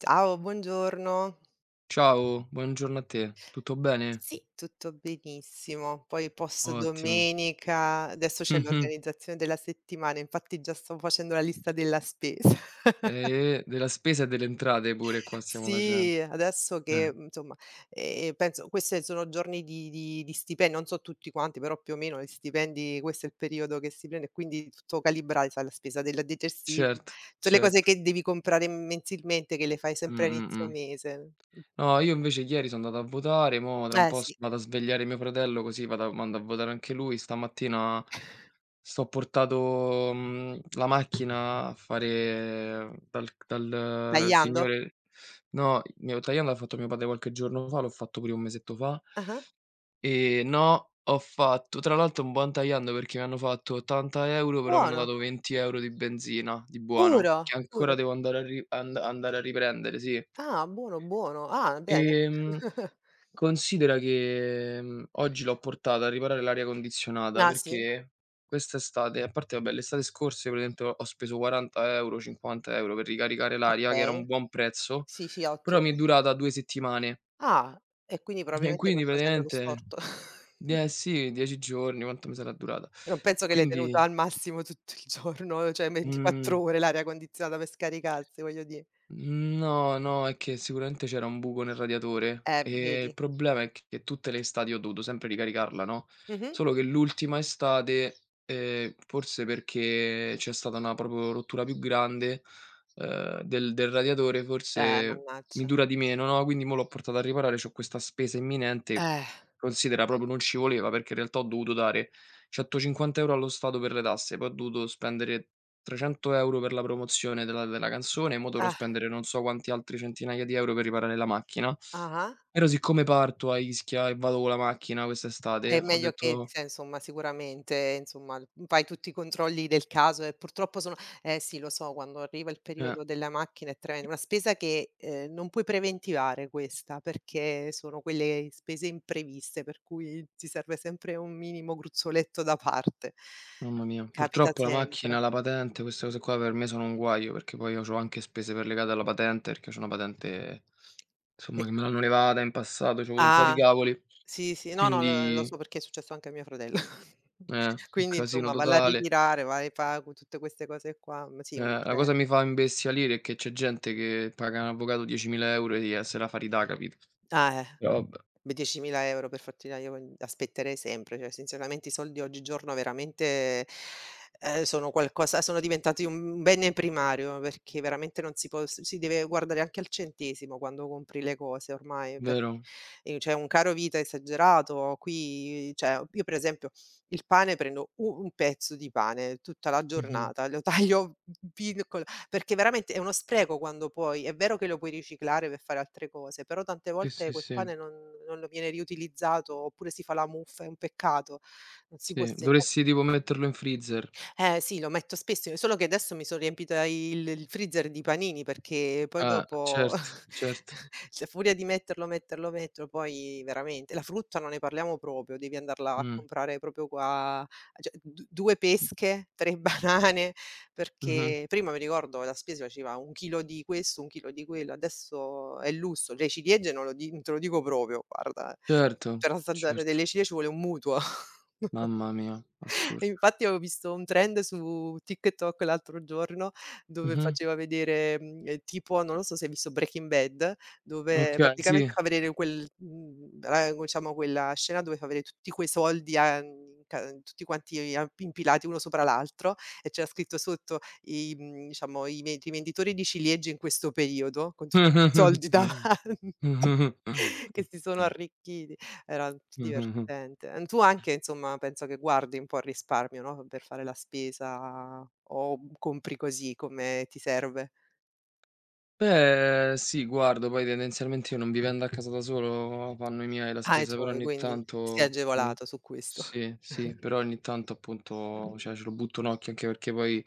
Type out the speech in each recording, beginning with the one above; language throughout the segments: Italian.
Ciao, buongiorno. Ciao, buongiorno a te. Tutto bene? Sì, tutto benissimo. Poi post Ottimo. domenica, adesso c'è Mh-mh. l'organizzazione della settimana, infatti già sto facendo la lista della spesa. E della spesa e delle entrate pure qua stiamo facen Sì, adesso che, eh, insomma, penso queste sono giorni di stipen non so tutti quanti, però più o meno gli stipendi questo è il periodo che si prende, quindi tutto calibrare, sai la spesa del detersivo, certo, tutte le cose certo. che devi comprare mensilmente, che le fai Mh, sempre a mh, inizio mh. mese. No, io invece ieri sono andato a votare, mo tra un Eh po' s sì, vado a svegliare mio fratello, così vado mando a votare anche lui. Stamattina sto portato, la macchina a fare dal tagliando? signore. No, mio tagliando l'ha fatto mio padre qualche giorno fa, l'ho fatto pure io un mesetto fa. Ah-ah. No, ho fatto tra l'altro un buon tagliando, perché mi hanno fatto 80 €, però mi hanno Buono, dato 20 € di benzina, di buono, puro, che pure. ancora devo andare a ri and andare a riprendere, sì. Ah, buono, buono. Ah, bene. Ehm, Considera che, oggi l'ho portata a riparare l'aria condizionata, Ah, sì? perché quest'estate, a parte vabbè le estate scorse, praticamente ho speso 40 €, 50 € per ricaricare l'aria, che era Okay. un buon prezzo, Sì, sì, ottimo. però mi è durata 2 settimane. Ah, e quindi E probabilmente quindi qualcosa è andato praticamente. storto. Eh sì, 10 giorni, quanto mi sarà durata. Non penso che l'hai Quindi, tenuta al massimo tutto il giorno, cioè mhmm, 24 ore l'aria condizionata per scaricarsi, voglio dire. no, no, è che sicuramente c'era un buco nel radiatore e il Vedi. problema è che tutte le estati ho dovuto sempre ricaricarla, no, Mh-mh. solo che l'ultima estate, forse perché c'è stata una proprio rottura più grande, del radiatore, forse mi Mannaggia. dura di meno, no, quindi mo' l'ho portata a riparare, c'ho questa spesa imminente, Eh. considera proprio non ci voleva, perché in realtà ho dovuto dare 150 € allo Stato per le tasse, poi ho dovuto spendere €300 per la promozione della canzone, mo' dovrò Ah. spendere non so quanti altri centinaia di euro per riparare la macchina. Ah-ah. Però siccome parto a Ischia e vado con la macchina È quest'estate, ho meglio che detto: cioè insomma sicuramente, insomma, l fai tutti i controlli del caso e purtroppo sono eh sì lo so, quando arriva il eh, periodo della macchina è tremendo, una spesa che, non puoi preventivare questa, perché sono quelle spese impreviste, per cui ti serve sempre un minimo gruzzoletto da parte. mamma mia, Capita purtroppo la sempre. macchina, la patente, queste cose qua per me sono un guaio, perché poi io c'ho anche spese per legate alla patente, perché c'ho una patente, E insomma, che me l'hanno levata in passato, c'ho avuto un po' di ah, cavoli, sì, sì, no, no, lo quindi so perché è successo anche a mio fratello. Un Quindi casino insomma, valla a totale. ritirare, vai, fa co tutte queste cose qua, ma sì, è un La mace cosa mi fa imbestialire è che c'è gente che paga un avvocato 10.000 € e se la fa ridà, capito? Ah, eh. Però vabbè, Beh, 10.000 € per fortuna io poi aspetterei sempre, cioè sinceramente i soldi oggigiorno veramente, sono qualcosa sono diventati un bene primario, perché veramente non si può s si deve guardare anche al centesimo quando compri le cose ormai, per vero? C'è un caro vita esagerato, qui cioè io per esempio il pane prendo u un pezzo di pane tutta la Mh-mh. giornata, lo taglio piccolo perché veramente è uno spreco quando poi è vero che lo puoi riciclare per fare altre cose, però tante Sì, volte sì, quel sì, pane non lo viene riutilizzato oppure si fa la muffa, è un peccato. Non si può sì. segnare. Dovresti tipo metterlo in freezer. Eh sì, lo metto spesso, solo che adesso mi son riempita il freezer di panini perché poi dopo Certo, certo. cioè a furia di metterlo, metterlo, metterlo, poi veramente la frutta non ne parliamo proprio, devi andarla a Mh. comprare proprio qua cioè d 2 pesche, 3 banane, Mh-mh. perché prima mi ricordo la spesa faceva 1 chilo di questo, 1 chilo di quello, adesso è lusso. Le ciliegie non lo di non te lo dico proprio, guarda, Certo, per assaggiare certo. delle ciliegie ci vuole un mutuo. Mamma mia, E assurdo. infatti avevo visto un trend su TikTok l'altro giorno dove Mh-mh. faceva vedere, tipo non lo so se hai visto Breaking Bad, dove Okay, sì. praticamente fa vedere quel ra diciamo quella scena dove fa vedere tutti quei soldi a ca tutti quanti a impilati uno sopra l'altro e c'era scritto sotto i diciamo i ven i venditori di ciliegie in questo periodo, con tutti i soldi davan Mh-mh. Mh. Mh-mh. Che si sono arricchiti. Era Mh. Mh-mh. divertente. Tu anche insomma penso che guardi un po' al risparmio, no, per fare la spesa o compri così come ti serve? Beh, sì, guardo, poi tendenzialmente io non vivendo a casa da solo, fanno i miei la Ah, i spesa, però tuoi, ogni quindi sei tanto, agevolato su questo. sì, sì, però ogni tanto, appunto, cioè, ce lo butto un occhio, anche perché poi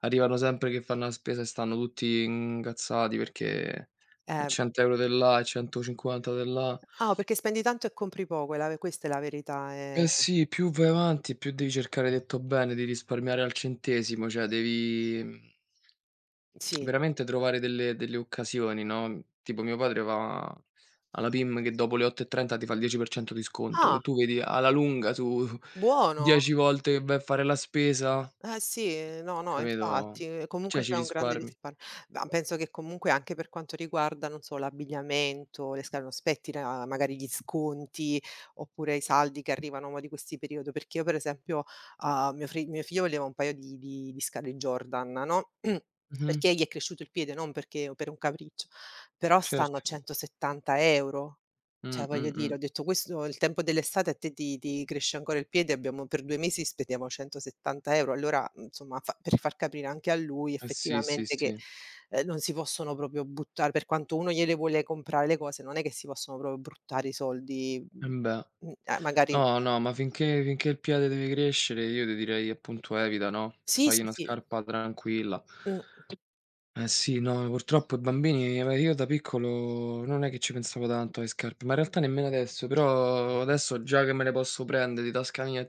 arrivano sempre che fanno la spesa e stanno tutti incazzati, perché Eh, 100 € di là e 150 di là. ah, perché spendi tanto e compri poco, è la ve questa è la verità, Eh sì, più vai avanti, più devi cercare, hai detto bene, di risparmiare al centesimo, cioè devi sì. veramente trovare delle occasioni, no, tipo mio padre va alla PIM, che dopo le 8:30 ti fa il 10% di sconto, Ah, che tu vedi alla lunga su buono! 10 volte che vai a fare la spesa, Eh sì, no, no, capito, infatti, comunque cioè ci c'è un grande risparmi. risparmio. Ma penso che comunque anche per quanto riguarda, non so, l'abbigliamento, le sca non aspetti la magari gli sconti, oppure i saldi che arrivano mo' di questi periodo, perché io per esempio, mio fri mio figlio voleva un paio di scale Jordan, no, Mh-mh, perché gli è cresciuto il piede, non perché per un capriccio, però stanno a certo. 170 €. Cioè Mh, voglio mh, mh. dire, ho detto questo il tempo dell'estate a te ti cresce ancora il piede, abbiamo per 2 mesi spendiamo 170 €, allora, insomma fa per far capire anche a lui Eh sì, sì, effettivamente che, sì. Non si possono proprio buttar per quanto uno gliele vuole comprare le cose, non è che si possono proprio bruttare i soldi, Eh beh. Magari No, no, ma finché il piede deve crescere io ti direi appunto evita, no, sì, fagli sì, una sì, scarpa tranquilla. mh, Eh sì, no, purtroppo i bambini, ma io da piccolo non è che ci pensavo tanto alle scarpe, ma in realtà nemmeno adesso, però adesso, già che me le posso prendere di tasca mia e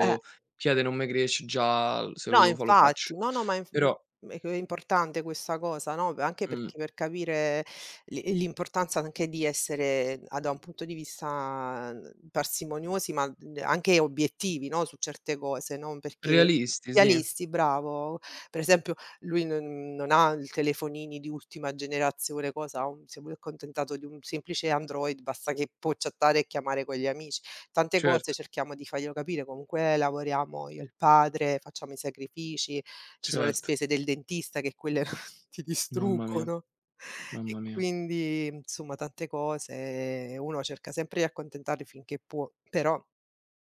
eh. piede non me cresce, già se lo No, devo fa' lo infatti. faccio. No, no, ma inf Però è che è importante questa cosa, no, anche mh, perché per capire l'i l'importanza anche di essere a da un punto di vista, parsimoniosi, ma, anche obiettivi, no, su certe cose, non perché realisti sì, realisti, bravo. Per esempio lui non ha il telefonini di ultima generazione, cosa, ha un si è pure accontentato di un semplice Android, basta che può chattare e chiamare con gli amici. Tante cose certo, cerchiamo di farglielo capire, comunque lavoriamo io e il padre, facciamo i sacrifici, ci sono le certo. spese del dentista che quelle ti Mamma mia, distruggono. E mamma mia. quindi insomma tante cose, uno cerca sempre di accontentarli finché può, però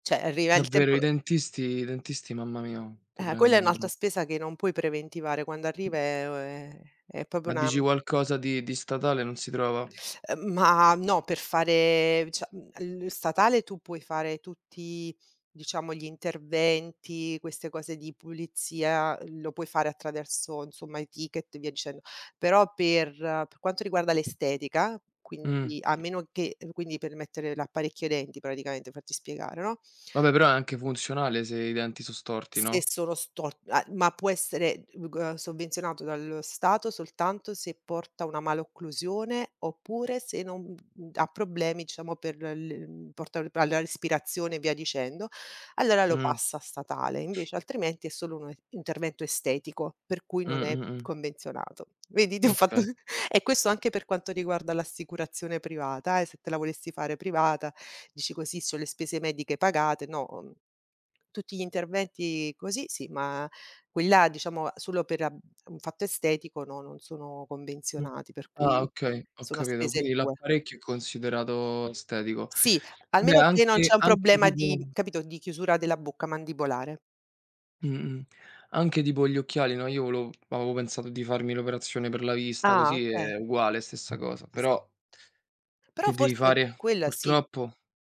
cioè arriva il Davvero, tempo i dentisti, i dentisti, mamma mia, quanto quella è prendono, un'altra troppo. spesa che non puoi preventivare, quando arriva è proprio Ma una dici qualcosa di statale non si trova? Ma no, per fare cioè, l statale tu puoi fare tutti, diciamo, gli interventi, queste cose di pulizia, lo puoi fare attraverso, insomma, i ticket e via dicendo. Però per quanto riguarda l'estetica, Mh. quindi a meno che quindi per mettere l'apparecchio ai denti praticamente, per farti spiegare, no, Vabbè però è anche funzionale se i denti so storti, se no? sono stor a ma può essere, sovvenzionato dallo Stato soltanto se porta una malocclusione, oppure se non, ha problemi diciamo per l porta alla respirazione e via dicendo, allora lo Mh. passa a statale, invece altrimenti è solo un intervento estetico, per cui Mh, non è mh, mh. convenzionato. Vedi ti ho fatto Okay. e questo anche per quanto riguarda l'assicurazione privata se te la volessi fare privata, dici: "Così c'ho le spese mediche pagate", no, mhmm tutti gli interventi così sì, ma quelli là diciamo solo per ab un fatto estetico no, non sono Mh. convenzionati, per Ah, cui okay, ho sono a capito. spese Quindi tue. l'apparecchio è considerato estetico. Sì, Beh, almeno che non c'è un problema di capito, di chiusura della bocca mandibolare. mh-mh, anche tipo gli occhiali, no, io volevo avevo pensato di farmi l'operazione per la vista, Ah così okay, è uguale, stessa cosa, sì. però Però che devi forse fare? quella sì, Purtroppo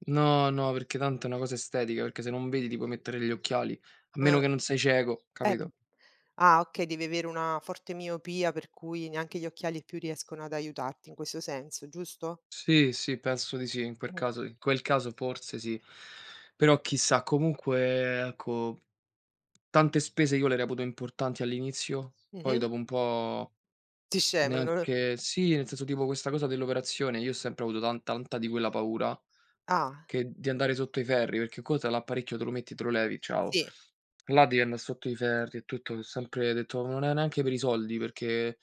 no, no, perché tanto è una cosa estetica, perché se non vedi ti puoi mettere gli occhiali, a meno eh, che non sei cieco, b capito? ah okay, devi avere una forte miopia per cui neanche gli occhiali più riescono ad aiutarti in questo senso, giusto? Sì, sì, penso di sì, in quel Mh. caso, in quel caso forse sì. Però chissà, comunque ecco, tante spese io le reputo importanti all'inizio, poi Mh-mh. dopo un po' Ti scemen neanche sì, nel senso, tipo, questa cosa dell'operazione, io ho sempre avuto tanta di quella paura, ah, che di andare sotto i ferri, perché comunque l'apparecchio te lo metti, te lo levi, ciao. sì, Là devi andà sotto i ferri e tutto, ho sempre detto: "Non è neanche per i soldi, perché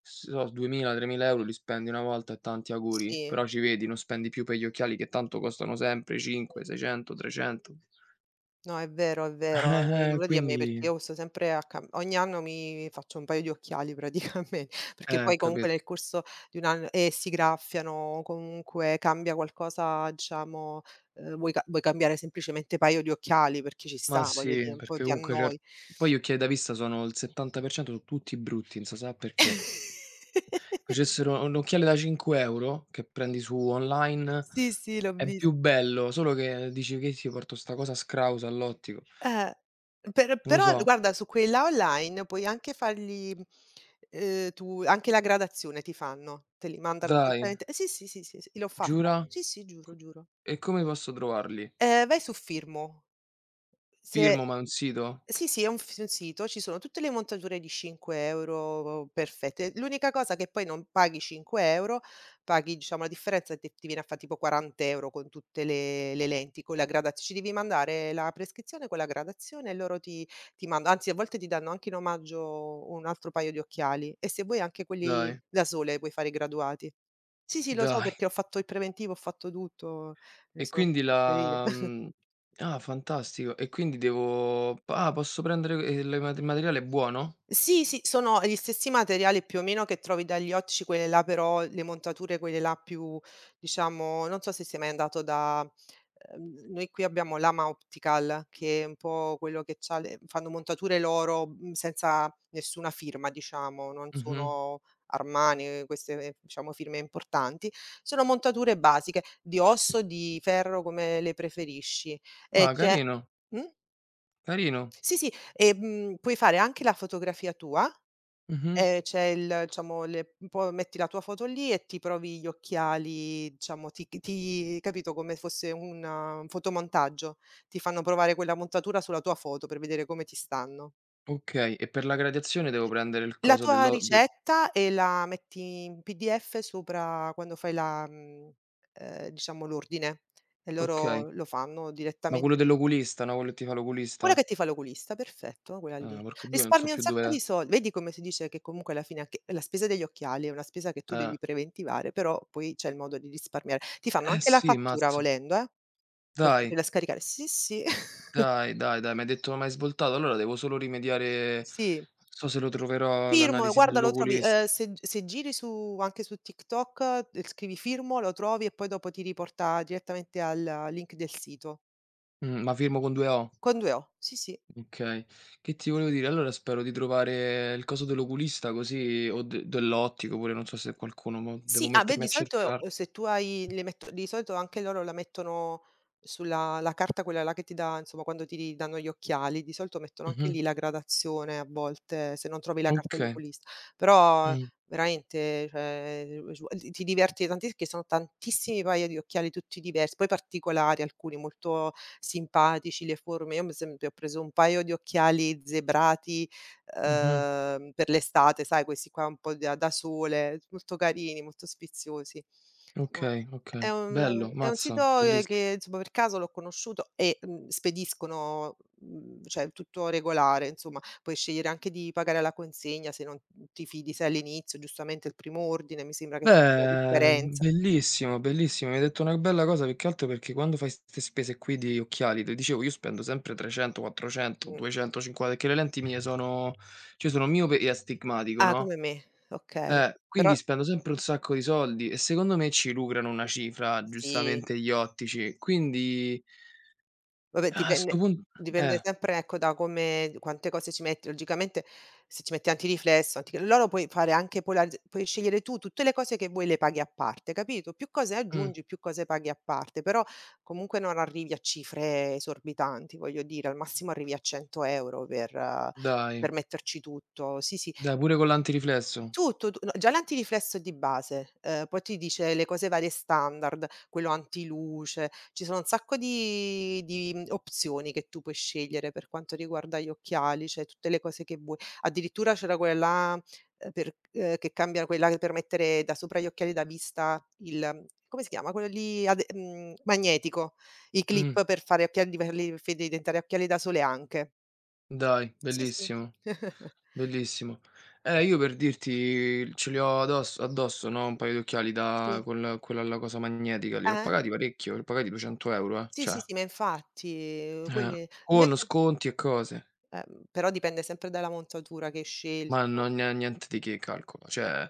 so 2000, 3000 € li spendi una volta e tanti auguri, sì, però ci vedi, non spendi più per gli occhiali che tanto costano sempre 5, sì. 600, 300". No, è vero, è vero. Non lo dire a me quindi perché io sto sempre a cam ogni anno mi faccio un paio di occhiali praticamente, perché eh, poi comunque capito. nel corso di un anno si graffiano, comunque cambia qualcosa diciamo, vuoi ca vuoi cambiare semplicemente paio di occhiali perché ci Ma sta, voglio dire, sì, un po' perché ti comunque annoi. cer poi gli occhiali da vista sono il 70% sono tutti brutti, non so sa perché. Facessero un occhiale da 5 € che prendi su online, Sì, sì, l'ho è vis più bello, solo che dici: "Che ci porto sta cosa scrausa all'ottico?" Eh, per Non lo però so. guarda su quella online puoi anche fargli, tu anche la gradazione ti fanno, te li mandano Dai, direttamente eh sì, sì, sì, sì, sì, l'ho fatta. giura? Sì. Sì, sì, giuro, giuro. E come posso trovarli? Vai su Firmo. Se Firmo, ma è un sito? sì, sì, è un f un sito, ci sono tutte le montature di 5 € perfette. L'unica cosa che poi non paghi 5 €, paghi diciamo la differenza e t ti viene a fa' tipo 40 € con tutte le lenti, con la gradaz ci devi mandare la prescrizione con la gradazione e loro ti ti manda anzi a volte ti danno anche in omaggio un altro paio di occhiali e se vuoi anche quelli Dai, da sole puoi fare i graduati. Sì, sì, lo so dai. perché ho fatto il preventivo, ho fatto tutto, me li E sono quindi fatti la, ah, fantastico. E quindi posso prendere, il materiale è buono? Sì, sì, sono gli stessi materiali più o meno che trovi dagli ottici, quelle là però le montature, quelle là più diciamo non so se sei mai andato da noi qui abbiamo l'Ama Optical, che è un po' quello che c'ha le fanno montature loro, senza nessuna firma diciamo, non Mh-mh. sono Armani, queste diciamo firme importanti. Sono montature basiche, di osso, di ferro, come le preferisci. E Ah, c'è carino, mh? carino. Sì, sì, e, puoi fare anche la fotografia tua Mh-mh. C'è il diciamo le un po' metti la tua foto lì e ti provi gli occhiali, diciamo ti c ti capito, come fosse un fotomontaggio. Ti fanno provare quella montatura sulla tua foto per vedere come ti stanno. Okay, e per la gradazione devo prendere il La coso tua dell'o del, ricetta e la metti in PDF sopra quando fai la diciamo l'ordine e loro okay. lo fanno Ma quello direttamente dell'oculista, no, quello che ti fa Quella che l'oculista? ti fa l'oculista, perfetto, quella Ah, lì. porco 2, non so Risparmi un più dove, sacco di sol vedi come si dice che comunque alla fine anche la spesa degli occhiali è una spesa che tu eh. devi preventivare, però poi c'è il modo di risparmiare. Ti fanno Eh anche la sì, fattura mazzo. volendo, per Dai. poterla scaricare. Sì, sì, Dai, dai, dai, m'hai detto: "M'hai svoltato", allora devo solo rimediare, non sì. so se lo troverò Firmo, l'analisi guarda lo trovi, dell'oculista. se se giri su anche su TikTok, scrivi Firmo, lo trovi e poi dopo ti riporta direttamente al link del sito. Ma firmo con 2 O. Con 2 O, sì, sì. Okay. Che ti volevo dire, allora spero di trovare il coso dell'oculista, così, o de dell'ottico pure, non so se qualcuno, mo Sì, devo ah beh, mettermi di a solito, cercar, se tu hai le metto di solito anche loro la mettono sulla la carta quella là che ti dà insomma quando ti danno gli occhiali, di solito mettono anche mh-mh, lì la gradazione a volte, se non trovi la carta okay, dell'oculista. Però mh, veramente, cioè, ti diverti tanti perché sono tantissimi paia di occhiali tutti diversi, poi particolari, alcuni molto simpatici, le forme. Io, m esempio, ho preso un paio di occhiali zebrati mh-mh, per l'estate, sai questi qua un po' da da sole, molto carini, molto sfiziosi. No, okay, è okay. un Bello, è un mazza, sito, bellissi. che insomma per caso l'ho conosciuto e, spediscono, cioè tutto regolare, insomma. Puoi scegliere anche di pagare alla consegna se non ti fidi, sai all'inizio, giustamente il primo ordine mi sembra che sia la Beh, differenza. bellissimo, bellissimo. Mi hai detto una bella cosa, più che altro perché quando fai 'ste spese qui di occhiali, ti dicevo, io spendo sempre 300, 400, Mh. 250 perché le lenti mie sono cioè sono miope e astigmatico, Ah, no, come me, okay. Però quindi spendo sempre un sacco di soldi e secondo me ci lucrano una cifra, sì. giustamente, gli ottici. Quindi Vabbè a 'sto dipende pun, dipende eh, sempre ecco da come quante cose ci metti. Logicamente se ci metti antiriflesso, anti loro puoi fare anche polarizz puoi scegliere tu tutte le cose che vuoi le paghi a parte, capito? Più cose mh, aggiungi, più cose paghi a parte, però comunque non arrivi a cifre esorbitanti, voglio dire, al massimo arrivi a 100 € per eh, dai, per metterci tutto. Sì, sì. dai pure con l'antiriflesso? Tutto, tu no, già l'antiriflesso è di base, poi ti dice le cose varie standard, quello antiluce, ci sono un sacco di opzioni che tu puoi scegliere per quanto riguarda gli occhiali, cioè tutte le cose che vuoi. Addirittura c'era quella, per che cambia quella per mettere da sopra gli occhiali da vista il come si chiama? Quello lì ade magnetico, i Mh. clip per fare occhiali di farli fe diventare occhiali da sole anche. Dai, Sì, sì. bellissimo, bellissimo. Io per dirti ce li ho addosso addosso, no, un paio di occhiali da Sì. col quella la cosa magnetica lì, li ho Eh? pagati parecchio, li ho pagati 200 € Sì, sì, cioè, sì, ma infatti, eh, quelle con invece sconti e cose, però dipende sempre dalla montatura che hai ma scelto. non ne niente di che, calcola, cioè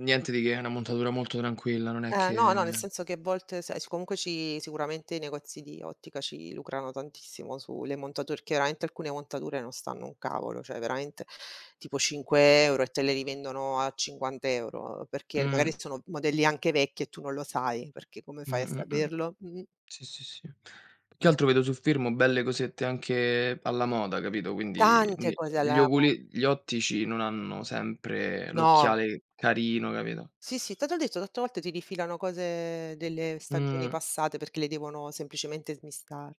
niente di che, è una montatura molto tranquilla, non è No, no, nel che, senso che a volte sai, s comunque ci sicuramente i negozi di ottica ci lucrano tantissimo sulle montature, perché veramente alcune montature non stanno un cavolo, cioè veramente tipo 5 € e te le rivendono a 50 €, perché magari mh, sono modelli anche vecchi e tu non lo sai, perché come fai a mh. saperlo? Mh-mh. Sì, sì, sì. Più che Eh. altro vedo sul fermo belle cosette anche alla moda, capito, quindi Tante ne cose gli alla mo oculi gli ottici non hanno sempre no. l'occhiale carino, capito? Sì, sì, te t'ho detto, certe volte ti rifilano cose delle stagioni Mh, passate perché le devono semplicemente smistare.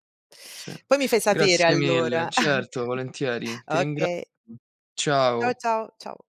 sì. Poi mi fai sapere Grazie mille. allora. Certo, volentieri. Ti ringrazio. Okay. Ciao, Ciao. ciao, ciao.